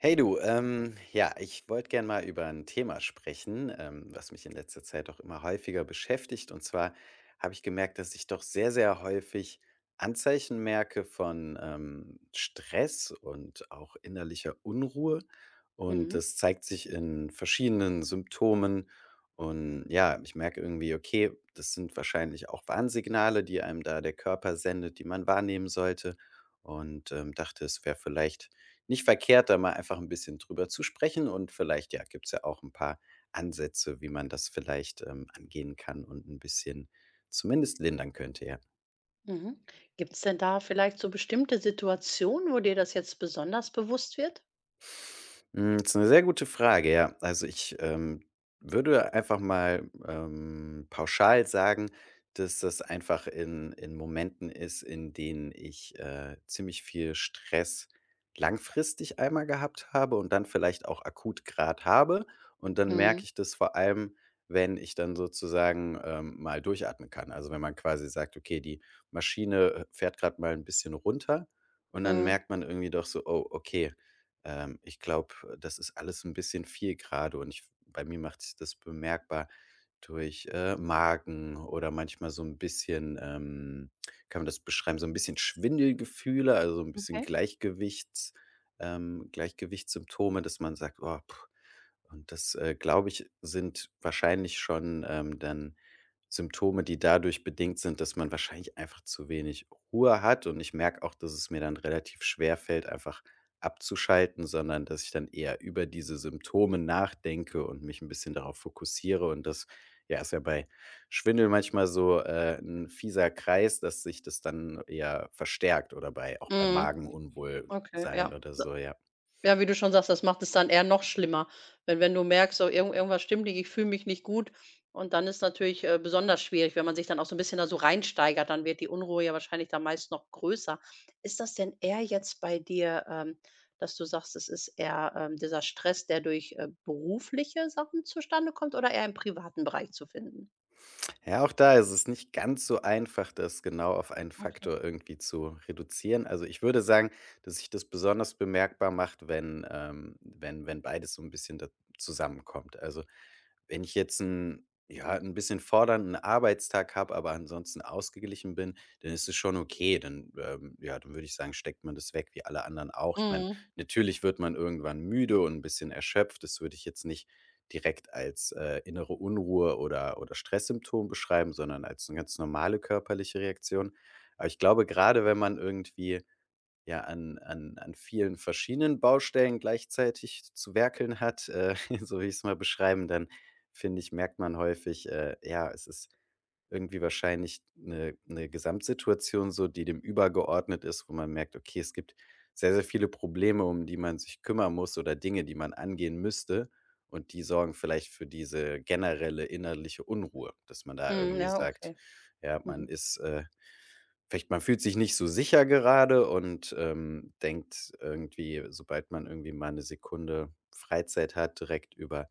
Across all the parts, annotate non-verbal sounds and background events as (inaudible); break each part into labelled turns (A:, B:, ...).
A: Hey du, ja, ich wollte gerne mal über ein Thema sprechen, was mich in letzter Zeit auch immer häufiger beschäftigt. Und zwar habe ich gemerkt, dass ich doch sehr, sehr häufig Anzeichen merke von, Stress und auch innerlicher Unruhe. Und
B: Mhm,
A: das zeigt sich in verschiedenen Symptomen. Und ja, ich merke irgendwie, okay, das sind wahrscheinlich auch Warnsignale, die einem da der Körper sendet, die man wahrnehmen sollte. Und, dachte, es wäre vielleicht nicht verkehrt, da mal einfach ein bisschen drüber zu sprechen und vielleicht, ja, gibt's ja auch ein paar Ansätze, wie man das vielleicht, angehen kann und ein bisschen zumindest lindern könnte, ja.
B: mhm. Gibt's denn da vielleicht so bestimmte Situationen, wo dir das jetzt besonders bewusst wird?
A: Hm, ist eine sehr gute Frage, ja. Also, ich, würde einfach mal, pauschal sagen, dass das einfach in Momenten ist, in denen ich, ziemlich viel Stress langfristig einmal gehabt habe und dann vielleicht auch akut grad habe. Und dann merke
B: Mhm,
A: ich das vor allem, wenn ich dann sozusagen, mal durchatmen kann. Also, wenn man quasi sagt: „Okay, die Maschine, fährt gerade mal ein bisschen runter." Und dann
B: mhm.
A: merkt man irgendwie doch so: „Oh, okay." Ich glaube, das ist alles ein bisschen viel gerade, und ich bei mir macht sich das bemerkbar durch, Magen oder manchmal so ein bisschen, kann man das beschreiben, so ein bisschen Schwindelgefühle, also, so ein bisschen
B: Okay.
A: Gleichgewichts Gleichgewichtssymptome, dass man sagt: „Oh", und das, glaube ich, sind wahrscheinlich schon, dann Symptome, die dadurch bedingt sind, dass man wahrscheinlich einfach zu wenig Ruhe hat. Und ich merke auch, dass es mir dann relativ schwer fällt, einfach abzuschalten, sondern dass ich dann eher über diese Symptome nachdenke und mich ein bisschen darauf fokussiere. Und das, ja, ist ja bei Schwindel manchmal so, 'n fieser Kreis, dass sich das dann eher verstärkt, oder bei auch bei
B: Mhm. Okay,
A: Magenunwohlsein
B: ja.
A: oder so, ja.
B: Ja, wie du schon sagst, das macht es dann eher noch schlimmer. Wenn du merkst, so irgendwas stimmt nicht, ich fühle mich nicht gut und dann ist natürlich, besonders schwierig, wenn man sich dann auch so ein bisschen da so reinsteigert, dann wird die Unruhe ja wahrscheinlich dann meist noch größer. Ist das denn eher jetzt bei dir, dass du sagst, es ist eher, dieser Stress, der durch, berufliche Sachen zustande kommt oder eher im privaten Bereich zu finden?
A: Ja, auch da ist es nicht ganz so einfach, das genau auf einen
B: Okay.
A: Faktor irgendwie zu reduzieren. Also, ich würde sagen, dass sich das besonders bemerkbar macht, wenn beides so ein bisschen da zusammenkommt. Also, wenn ich jetzt ein ja, ein bisschen fordernden Arbeitstag habe, aber ansonsten ausgeglichen bin, dann ist es schon okay. Dann, ja, dann würde ich sagen, steckt man das weg wie alle anderen auch.
B: Mhm.
A: Natürlich wird man irgendwann müde und 'n bisschen erschöpft. Das würde ich jetzt nicht direkt als, innere Unruhe oder Stresssymptom beschreiben, sondern als eine ganz normale körperliche Reaktion. Aber ich glaube, gerade wenn man irgendwie, ja, an vielen verschiedenen Baustellen gleichzeitig zu werkeln hat, (laughs) so will ich es mal beschreiben, dann finde ich, merkt man häufig, ja, es ist irgendwie wahrscheinlich eine 'ne Gesamtsituation so, die dem übergeordnet ist, wo man merkt: Okay, es gibt sehr, sehr viele Probleme, um die man sich kümmern muss, oder Dinge, die man angehen müsste, und die sorgen vielleicht für diese generelle innerliche Unruhe, dass man da
B: Mhm,
A: irgendwie
B: ja,
A: sagt,
B: okay.
A: ja, man
B: Mhm.
A: ist, vielleicht man fühlt sich nicht so sicher gerade und, denkt irgendwie, sobald man irgendwie mal eine Sekunde Freizeit hat, direkt über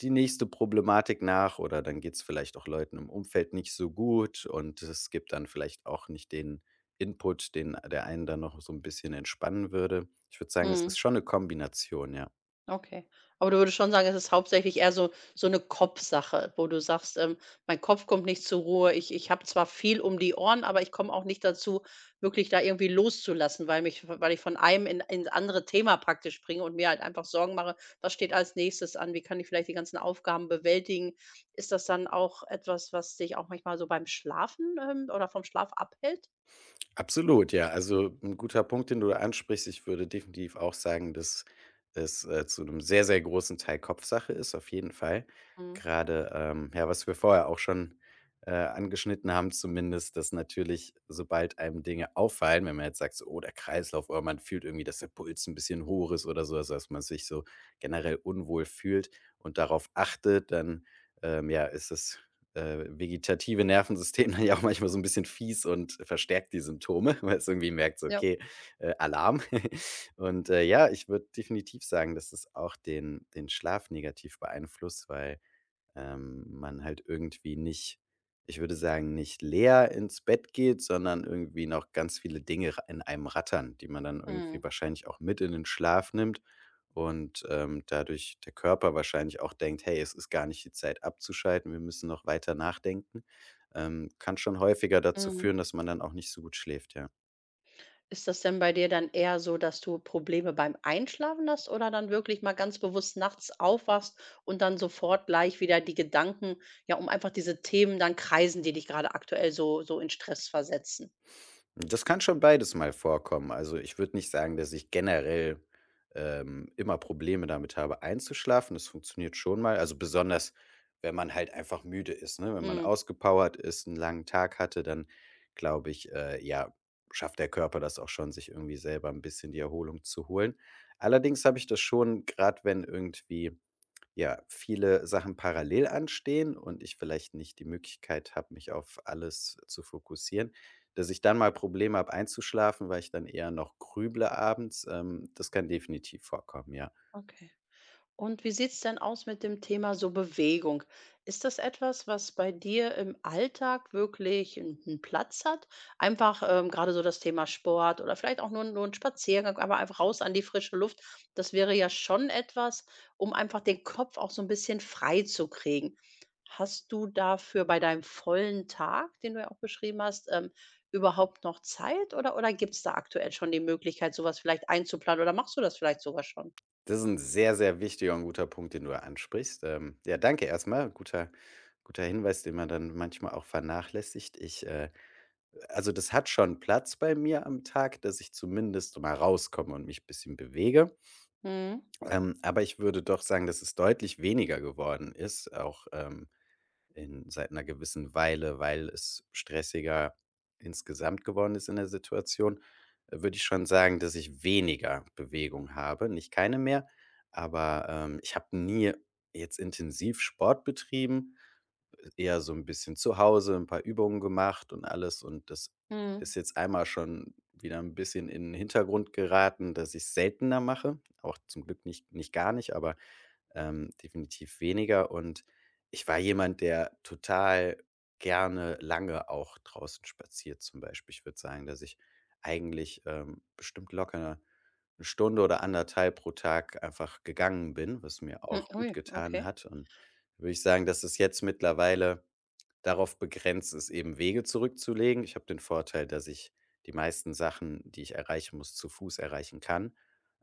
A: die nächste Problematik nach, oder dann geht's vielleicht auch Leuten im Umfeld nicht so gut und es gibt dann vielleicht auch nicht den Input, den der einen dann noch so ein bisschen entspannen würde. Ich würde sagen, es
B: Mhm.
A: ist schon eine Kombination, ja.
B: Okay. Aber du würdest schon sagen, es ist hauptsächlich eher so eine Kopfsache, wo du sagst, „Mein Kopf kommt nicht zur Ruhe. Ich habe zwar viel um die Ohren, aber ich komme auch nicht dazu, wirklich da irgendwie loszulassen, weil mich weil ich von einem in ins andere Thema praktisch springe und mir halt einfach Sorgen mache: Was steht als Nächstes an? Wie kann ich vielleicht die ganzen Aufgaben bewältigen?“ Ist das dann auch etwas, was dich auch manchmal so beim Schlafen, oder vom Schlaf abhält?
A: Absolut, ja. Also ein guter Punkt, den du da ansprichst. Ich würde definitiv auch sagen, dass es, zu einem sehr, sehr großen Teil Kopfsache ist, auf jeden Fall.
B: Mhm.
A: Gerade ja, was wir vorher auch schon, angeschnitten haben zumindest, dass natürlich, sobald einem Dinge auffallen, wenn man jetzt sagt so: „Oh, der Kreislauf", oder man fühlt irgendwie, dass der Puls ein bisschen hoch ist oder so, also dass man sich so generell unwohl fühlt und darauf achtet, dann, ja, ist es vegetative Nervensystem dann ja auch manchmal so ein bisschen fies und verstärkt die Symptome, (laughs) weil es irgendwie merkt so:
B: Ja.
A: „Okay, Alarm." (laughs) Und, ja, ich würde definitiv sagen, dass es auch den Schlaf negativ beeinflusst, weil man halt irgendwie nicht ich würde sagen, nicht leer ins Bett geht, sondern irgendwie noch ganz viele Dinge in einem rattern, die man dann irgendwie
B: Mhm.
A: wahrscheinlich auch mit in den Schlaf nimmt, und dadurch der Körper wahrscheinlich auch denkt, hey, es ist gar nicht die Zeit abzuschalten, wir müssen noch weiter nachdenken, kann schon häufiger dazu führen,
B: Mhm.
A: dass man dann auch nicht so gut schläft, ja.
B: Ist das denn bei dir dann eher so, dass du Probleme beim Einschlafen hast oder dann wirklich mal ganz bewusst nachts aufwachst und dann sofort gleich wieder die Gedanken, ja, um einfach diese Themen dann kreisen, die dich gerade aktuell so in Stress versetzen?
A: Das kann schon beides mal vorkommen. Also, ich würde nicht sagen, dass ich generell, immer Probleme damit habe, einzuschlafen. Das funktioniert schon mal. Also, besonders, wenn man halt einfach müde ist, ne? Wenn man
B: Mhm,
A: ausgepowert ist, einen langen Tag hatte, dann glaube ich, ja, schafft der Körper das auch schon, sich irgendwie selber ein bisschen die Erholung zu holen. Allerdings habe ich das schon, gerade wenn irgendwie ja, viele Sachen parallel anstehen und ich vielleicht nicht die Möglichkeit habe, mich auf alles zu fokussieren, dass ich dann mal Probleme habe einzuschlafen, weil ich dann eher noch grüble abends, das kann definitiv vorkommen, ja.
B: okay. Und wie sieht's denn aus mit dem Thema so Bewegung? Ist das etwas, was bei dir im Alltag wirklich einen Platz hat? Einfach, grade so das Thema Sport oder vielleicht auch nur ein Spaziergang, aber einfach raus an die frische Luft. Das wäre ja schon etwas, um einfach den Kopf auch so ein bisschen frei zu kriegen. Hast du dafür bei deinem vollen Tag, den du ja auch beschrieben hast, überhaupt noch Zeit oder gibt's da aktuell schon die Möglichkeit, sowas vielleicht einzuplanen oder machst du das vielleicht sogar schon?
A: Das ist ein sehr, sehr wichtiger und guter Punkt, den du da ansprichst. Ja, danke erstmal, guter Hinweis, den man dann manchmal auch vernachlässigt. Ich, also, das hat schon Platz bei mir am Tag, dass ich zumindest mal rauskomme und mich ein bisschen bewege.
B: Mhm,
A: Aber ich würde doch sagen, dass es deutlich weniger geworden ist, auch, in seit einer gewissen Weile, weil es stressiger insgesamt geworden ist in der Situation, würde ich schon sagen, dass ich weniger Bewegung habe. Nicht keine mehr, aber, ich habe nie jetzt intensiv Sport betrieben, eher so ein bisschen zu Hause ein paar Übungen gemacht und alles, und das
B: mhm.
A: ist jetzt einmal schon wieder ein bisschen in 'n Hintergrund geraten, dass ich's seltener mache, auch zum Glück nicht gar nicht, aber definitiv weniger. Und ich war jemand, der total gerne lange auch draußen spaziert, zum Beispiel. Ich würde sagen, dass ich eigentlich bestimmt locker eine Stunde oder anderthalb pro Tag einfach gegangen bin, was mir
B: Hm,
A: auch
B: ui,
A: gut getan
B: okay.
A: hat. Und würde ich sagen, dass es jetzt mittlerweile darauf begrenzt ist, eben Wege zurückzulegen. Ich habe den Vorteil, dass ich die meisten Sachen, die ich erreichen muss, zu Fuß erreichen kann.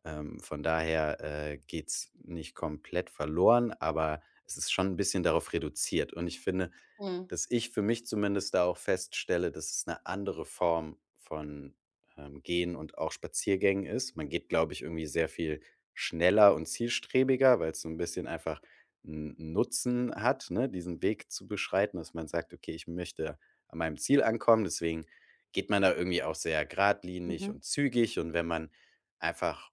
A: Von daher geht's nicht komplett verloren, aber es ist schon ein bisschen darauf reduziert. Und ich finde,
B: Mhm,
A: dass ich für mich zumindest da auch feststelle, dass es eine andere Form von, Gehen und auch Spaziergängen ist. Man geht, glaube ich, irgendwie sehr viel schneller und zielstrebiger, weil es so ein bisschen einfach 'n Nutzen hat, ne, diesen Weg zu beschreiten, dass man sagt: „Okay, ich möchte an meinem Ziel ankommen." Deswegen geht man da irgendwie auch sehr geradlinig
B: mhm.
A: und zügig, und wenn man einfach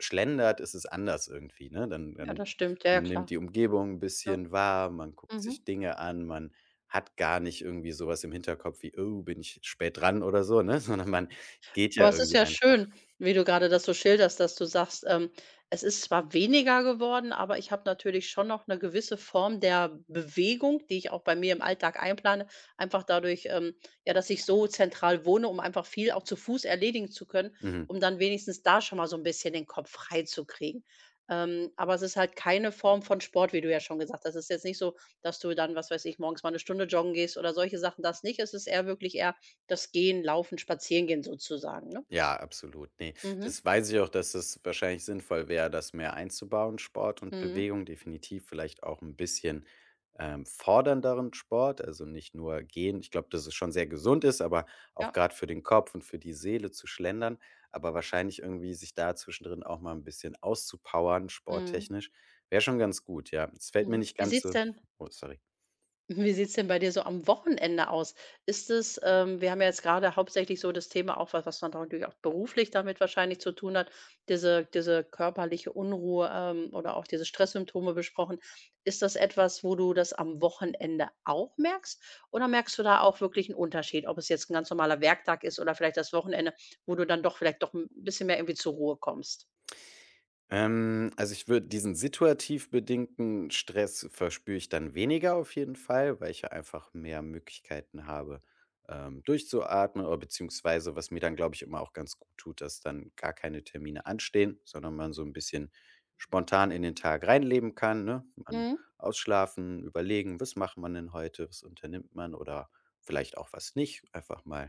A: schlendert, ist es anders irgendwie, ne? Dann
B: Ja, das
A: dann
B: stimmt. Ja, ja,
A: man nimmt
B: klar.
A: die Umgebung ein
B: Ja.
A: bisschen wahr, man guckt sich
B: Mhm.
A: Dinge an, man hat gar nicht irgendwie sowas im Hinterkopf wie: „Oh, bin ich spät dran" oder so, ne? (laughs) Sondern man geht ja
B: Aber es ist
A: irgendwie
B: ja
A: einfach.
B: schön, wie du gerade das so schilderst, dass du sagst, „Es ist zwar weniger geworden, aber ich habe natürlich schon noch eine gewisse Form der Bewegung, die ich auch bei mir im Alltag einplane, einfach dadurch, ja, dass ich so zentral wohne, um einfach viel auch zu Fuß erledigen zu können,
A: Mhm.
B: um dann wenigstens da schon mal so ein bisschen den Kopf frei freizukriegen.“ aber es ist halt keine Form von Sport, wie du ja schon gesagt hast. Es ist jetzt nicht so, dass du dann, was weiß ich, morgens mal 1 Stunde joggen gehst oder solche Sachen, das nicht. Es ist eher wirklich eher das Gehen, Laufen, Spazierengehen sozusagen, ne?
A: Ja, absolut. Ne,
B: Mhm,
A: das weiß ich auch, dass es wahrscheinlich sinnvoll wäre, das mehr einzubauen, Sport und
B: mhm,
A: Bewegung. Definitiv vielleicht auch ein bisschen, fordernderen Sport, also nicht nur gehen. Ich glaube, dass es schon sehr gesund ist, aber auch
B: ja,
A: gerade für den Kopf und für die Seele zu schlendern, aber wahrscheinlich irgendwie sich da zwischendrin auch mal ein bisschen auszupowern
B: mhm,
A: sporttechnisch, wäre schon ganz gut, ja. Es fällt mir
B: mhm.
A: nicht
B: Wie
A: ganz
B: sieht's
A: so
B: denn
A: oh, sorry.
B: (laughs) wie sieht's denn bei dir so am Wochenende aus? Ist es wir haben ja jetzt gerade hauptsächlich so das Thema auch, was dann natürlich auch beruflich damit wahrscheinlich zu tun hat, diese körperliche Unruhe, oder auch diese Stresssymptome besprochen. Ist das etwas, wo du das am Wochenende auch merkst? Oder merkst du da auch wirklich einen Unterschied, ob es jetzt ein ganz normaler Werktag ist oder vielleicht das Wochenende, wo du dann doch vielleicht doch ein bisschen mehr irgendwie zur Ruhe kommst?
A: Also, ich würde diesen situativ bedingten Stress verspüre ich dann weniger auf jeden Fall, weil ich ja einfach mehr Möglichkeiten habe, durchzuatmen, oder beziehungsweise, was mir dann, glaube ich, immer auch ganz gut tut, dass dann gar keine Termine anstehen, sondern man so ein bisschen spontan in den Tag reinleben kann, ne? Man
B: Mhm.
A: ausschlafen, überlegen: „Was macht man denn heute? Was unternimmt man?" Oder vielleicht auch was nicht. Einfach mal,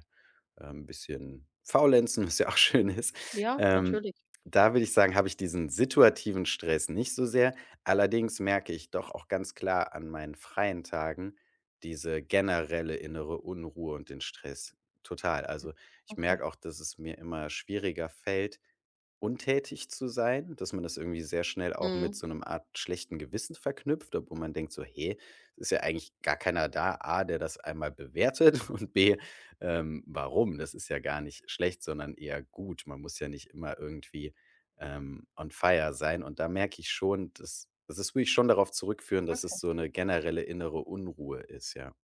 A: ein bisschen faulenzen, was ja auch (laughs) schön ist.
B: Ja,
A: Ähm
B: natürlich.
A: Da würde ich sagen, habe ich diesen situativen Stress nicht so sehr. Allerdings merke ich doch auch ganz klar an meinen freien Tagen diese generelle innere Unruhe und den Stress total. Also, ich
B: Okay.
A: merke auch, dass es mir immer schwieriger fällt, untätig zu sein, dass man das irgendwie sehr schnell auch mit
B: Mhm.
A: so einem Art schlechten Gewissen verknüpft, obwohl man denkt so: hey, es ist ja eigentlich gar keiner da, A, der das einmal bewertet, (laughs) und B, warum? Das ist ja gar nicht schlecht, sondern eher gut. Man muss ja nicht immer irgendwie on fire sein. Und da merke ich schon, dass das ist, will ich schon darauf zurückführen, dass
B: Okay.
A: es so eine generelle innere Unruhe ist, ja.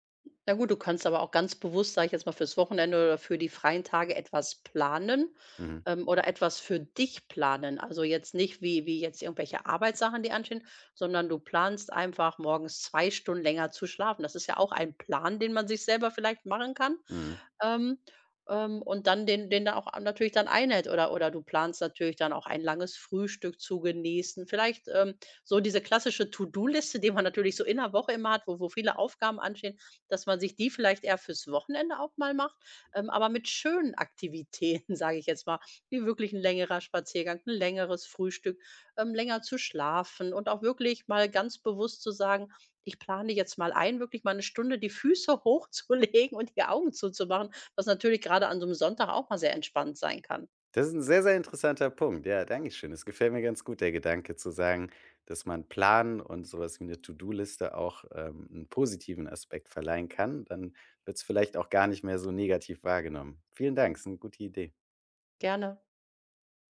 B: Na gut, du kannst aber auch ganz bewusst, sage ich jetzt mal, fürs Wochenende oder für die freien Tage etwas planen,
A: Mhm,
B: oder etwas für dich planen. Also, jetzt nicht wie jetzt irgendwelche Arbeitssachen, die anstehen, sondern du planst einfach morgens 2 Stunden länger zu schlafen. Das ist ja auch ein Plan, den man sich selber vielleicht machen kann.
A: mhm.
B: ähm, und dann den da auch a natürlich dann einhält oder du planst natürlich dann auch ein langes Frühstück zu genießen. Vielleicht, so diese klassische To-do-Liste, die man natürlich so in der Woche immer hat, wo viele Aufgaben anstehen, dass man sich die vielleicht eher fürs Wochenende auch mal macht, aber mit schönen Aktivitäten, (laughs) sage ich jetzt mal, wie wirklich ein längerer Spaziergang, ein längeres Frühstück, länger zu schlafen und auch wirklich mal ganz bewusst zu sagen: „Ich plane jetzt mal ein, wirklich mal 1 Stunde die Füße (laughs) hochzulegen und die Augen zuzumachen was natürlich gerade an so 'nem Sonntag auch mal sehr entspannt sein kann.
A: Das ist ein sehr, sehr interessanter Punkt. Ja, dankeschön. Es gefällt mir ganz gut, der Gedanke zu sagen, dass man Planen und sowas wie eine To-do-Liste auch, 'n positiven Aspekt verleihen kann. Dann wird es vielleicht auch gar nicht mehr so negativ wahrgenommen. Vielen Dank, ist eine gute Idee.
B: Gerne.